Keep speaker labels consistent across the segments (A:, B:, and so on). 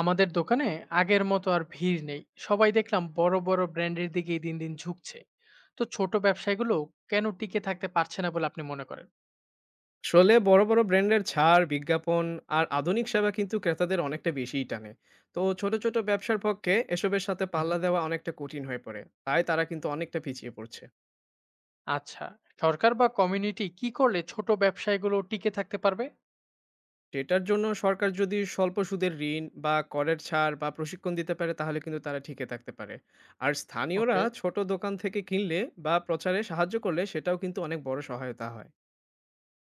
A: আমাদের দোকানে আগের মতো আর ভিড় নেই। সবাই দেখলাম বড় বড় ব্র্যান্ডের দিকেই দিন দিন ঝুঁকছে। তো ছোট ব্যবসায়গুলো কেন টিকে থাকতে পারছে না বলে আপনি মনে করেন?
B: আসলে বড়, বড় ব্র্যান্ডের ছাড়, বিজ্ঞাপন আর আধুনিক সেবা কিন্তু ক্রেতাদের অনেকটা বেশিই টানে। তো ছোট, ছোট ব্যবসার পক্ষে এসবের সাথে পাল্লা
A: হুম।
B: দেওয়া অনেকটা কঠিন হয়ে পড়ে। তাই তারা কিন্তু অনেকটা পিছিয়ে পড়ছে।
A: আচ্ছা, সরকার বা কমিউনিটি কি করলে ছোট ব্যবসায়গুলো টিকে থাকতে পারবে?
B: এটার জন্য সরকার যদি স্বল্প সুদের ঋণ বা করের ছাড় বা প্রশিক্ষণ দিতে পারে তাহলে কিন্তু তারা টিকে থাকতে পারে। আর স্থানীয়রা
A: ওকে।
B: ছোট দোকান থেকে কিনলে বা প্রচারে সাহায্য করলে সেটাও কিন্তু অনেক বড় সহায়তা হয়।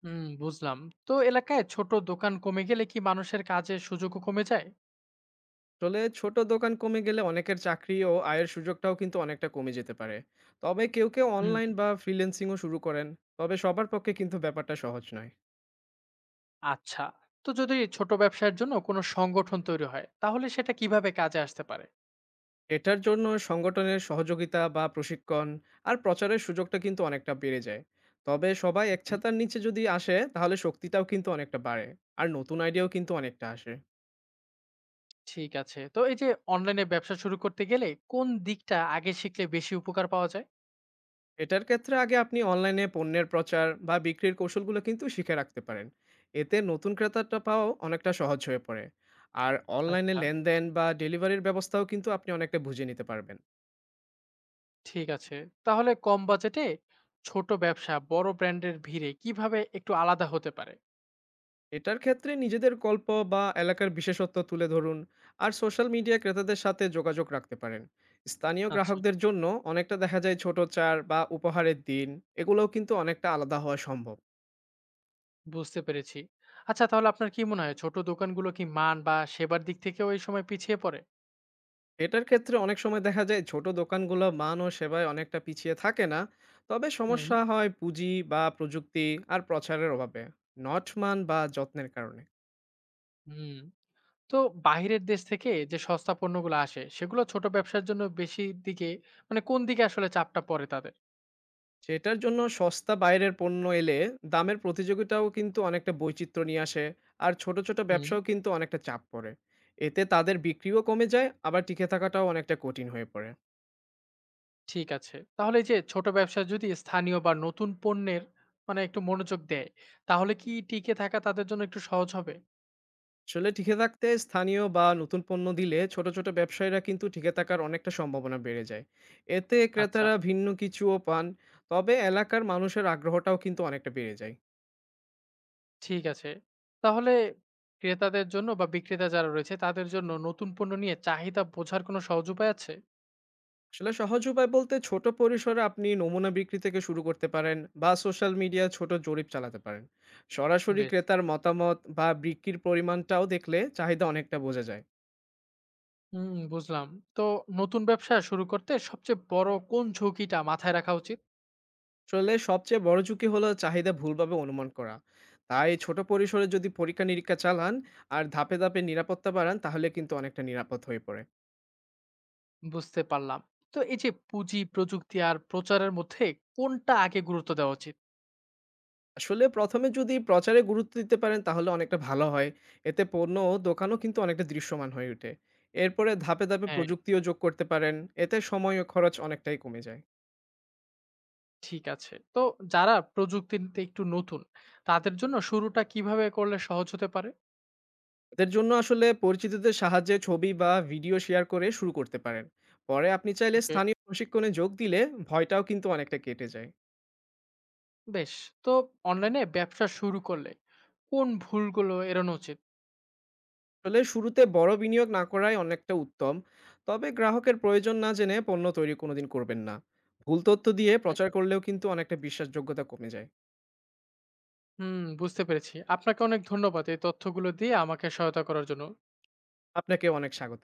A: হুম, বুঝলাম। তো এলাকায় ছোট দোকান কমে গেলে কি মানুষের কাজের সুযোগও কমে যায়?
B: আসলে ছোট দোকান কমে গেলে অনেকের চাকরি ও আয়ের সুযোগটাও কিন্তু অনেকটা কমে যেতে পারে। তবে কেউ কেউ অনলাইন
A: হুম।
B: বা ফ্রিল্যান্সিংও শুরু করেন। তবে সবার পক্ষে কিন্তু ব্যাপারটা সহজ নয়।
A: আচ্ছা, তো যদি ছোট ব্যবসার জন্য কোনো সংগঠন তৈরি হয় তাহলে সেটা কিভাবে কাজে আসতে পারে?
B: এটার জন্য সংগঠনের সহযোগিতা বা প্রশিক্ষণ আর প্রচারের সুযোগটা কিন্তু অনেকটা বেড়ে যায়। তবে সবাই এক ছাতার নিচে যদি আসে তাহলে শক্তিটাও কিন্তু অনেকটা বাড়ে, আর নতুন আইডিয়াও কিন্তু অনেকটা আসে।
A: ঠিক আছে। তো এই যে অনলাইনে ব্যবসা শুরু করতে গেলে কোন দিকটা আগে শিখলে বেশি উপকার পাওয়া যায়?
B: এটার ক্ষেত্রে আগে আপনি অনলাইনে পণ্যের প্রচার বা বিক্রির কৌশলগুলো কিন্তু শিখে রাখতে পারেন। এতে নতুন ক্রেতাটা পাওয়াও অনেকটা সহজ হয়ে পড়ে। আর অনলাইনে
A: আচ্ছা।
B: লেনদেন বা ডেলিভারির ব্যবস্থাও কিন্তু আপনি অনেকটা বুঝে নিতে পারবেন।
A: ঠিক আছে। তাহলে কম বাজেটে ছোট ব্যবসা বড় ব্র্যান্ডের ভিড়ে কিভাবে একটু আলাদা হতে পারে?
B: এটার ক্ষেত্রে নিজেদের গল্প বা এলাকার বিশেষত্ব তুলে ধরুন। আর সোশ্যাল মিডিয়া ক্রেতাদের সাথে যোগাযোগ রাখতে পারেন। স্থানীয়
A: আচ্ছা।
B: গ্রাহকদের জন্য অনেকটা দেখা যায় ছোট চার বা উপহারের দিন, এগুলোও কিন্তু অনেকটা আলাদা হওয়া সম্ভব।
A: বুঝতে পেরেছি। আচ্ছা, তাহলে আপনার কি মনে হয় ছোট দোকানগুলো কি মান বা সেবার দিক থেকেও এই সময় পিছিয়ে পড়ে?
B: এটার ক্ষেত্রে অনেক সময় দেখা যায় ছোট দোকানগুলো মান ও সেবায় অনেকটা পিছিয়ে থাকে না। তবে
A: হুম।
B: সমস্যা হয় পুঁজি বা প্রযুক্তি আর প্রচারের অভাবে, নট মান বা যত্নের কারণে।
A: হুম। তো বাহিরের দেশ থেকে যে সস্তা পণ্যগুলো আসে সেগুলো ছোট ব্যবসার জন্য বেশি দিকে, মানে কোন দিকে আসলে চাপটা পড়ে তাদের?
B: সেটার জন্য সস্তা বাইরের পণ্য এলে দামের প্রতিযোগিতাও কিন্তু অনেকটা বৈচিত্র্য নিয়ে আসে। আর ছোট ছোট
A: হুম।
B: ব্যবসাও কিন্তু অনেকটা চাপ পড়ে। এতে তাদের বিক্রিও কমে যায়, আবার টিকে থাকাটাও অনেকটা কঠিন হয়ে পড়ে।
A: ঠিক আছে। তাহলে এই যে ছোট ব্যবসা যদি স্থানীয় বা নতুন পণ্যের, মানে একটু মনোযোগ দেয়, তাহলে কি টিকে থাকা তাদের জন্য একটু সহজ হবে?
B: আসলে টিকে থাকতে স্থানীয় বা নতুন পণ্য দিলে ছোট ছোট ব্যবসায়ীরা কিন্তু টিকে থাকার অনেকটা সম্ভাবনা বেড়ে যায়। এতে
A: আচ্ছা,
B: ক্রেতারা ভিন্ন কিছুও পান। তবে এলাকার মানুষের আগ্রহটাও কিন্তু অনেকটা বেড়ে যায়।
A: ঠিক আছে। তাহলে ক্রেতাদের জন্য বা বিক্রেতা যারা রয়েছে তাদের জন্য নতুন পণ্য নিয়ে চাহিদা বোঝার কোনো সহজ উপায় আছে?
B: আসলে সহজ উপায় বলতে ছোট পরিসরে আপনি নমুনা বিক্রি থেকে শুরু করতে পারেন, বা সোশ্যাল মিডিয়া ছোট জরিপ চালাতে পারেন। সরাসরি
A: বেশ।
B: ক্রেতার মতামত বা বিক্রির পরিমাণটাও দেখলে চাহিদা অনেকটা বোঝা যায়।
A: হুম, বুঝলাম। তো নতুন ব্যবসা শুরু করতে সবচেয়ে বড় কোন ঝুঁকিটা মাথায় রাখা উচিত?
B: আসলে সবচেয়ে বড় ঝুঁকি হলো চাহিদা ভুলভাবে অনুমান করা। তাই ছোট পরিসরে যদি পরীক্ষা নিরীক্ষা চালান আর ধাপে ধাপে নিরাপত্তা বাড়ান তাহলে কিন্তু অনেকটা নিরাপদ হয়ে পড়ে।
A: বুঝতে পারলাম। তো এই যে পুঁজি, প্রযুক্তি আর প্রচারের মধ্যে কোনটা আগে গুরুত্ব দেওয়া উচিত?
B: আসলে প্রথমে যদি প্রচারে গুরুত্ব দিতে পারেন তাহলে অনেকটা ভালো হয়। এতে পণ্য ও দোকানও কিন্তু অনেকটা দৃশ্যমান হয়ে ওঠে। এরপরে ধাপে ধাপে
A: হ্যাঁ।
B: প্রযুক্তিও যোগ করতে পারেন। এতে সময় ও খরচ অনেকটাই কমে যায়।
A: ঠিক আছে। তো যারা প্রযুক্তিতে একটু নতুন, তাদের জন্য শুরুটা কিভাবে করলে সহজ হতে পারে?
B: এদের জন্য আসলে পরিচিতদের সাহায্যে ছবি বা ভিডিও শেয়ার করে শুরু করতে পারেন। পরে আপনি চাইলে
A: ওকে।
B: স্থানীয় প্রশিক্ষণে যোগ দিলে ভয়টাও কিন্তু অনেকটা কেটে যায়।
A: বেশ। তো অনলাইনে ব্যবসা শুরু করলে কোন ভুলগুলো এড়ানো উচিত?
B: আসলে শুরুতে বড় বিনিয়োগ না করাই অনেকটা উত্তম। তবে গ্রাহকের প্রয়োজন না জেনে পণ্য তৈরি কোনোদিন করবেন না। ভুল তথ্য দিয়ে
A: ওকে।
B: প্রচার করলেও কিন্তু অনেকটা বিশ্বাসযোগ্যতা কমে যায়।
A: হুম, বুঝতে পেরেছি। আপনাকে অনেক ধন্যবাদ এই তথ্যগুলো দিয়ে আমাকে সহায়তা করার জন্য।
B: আপনাকে অনেক স্বাগত।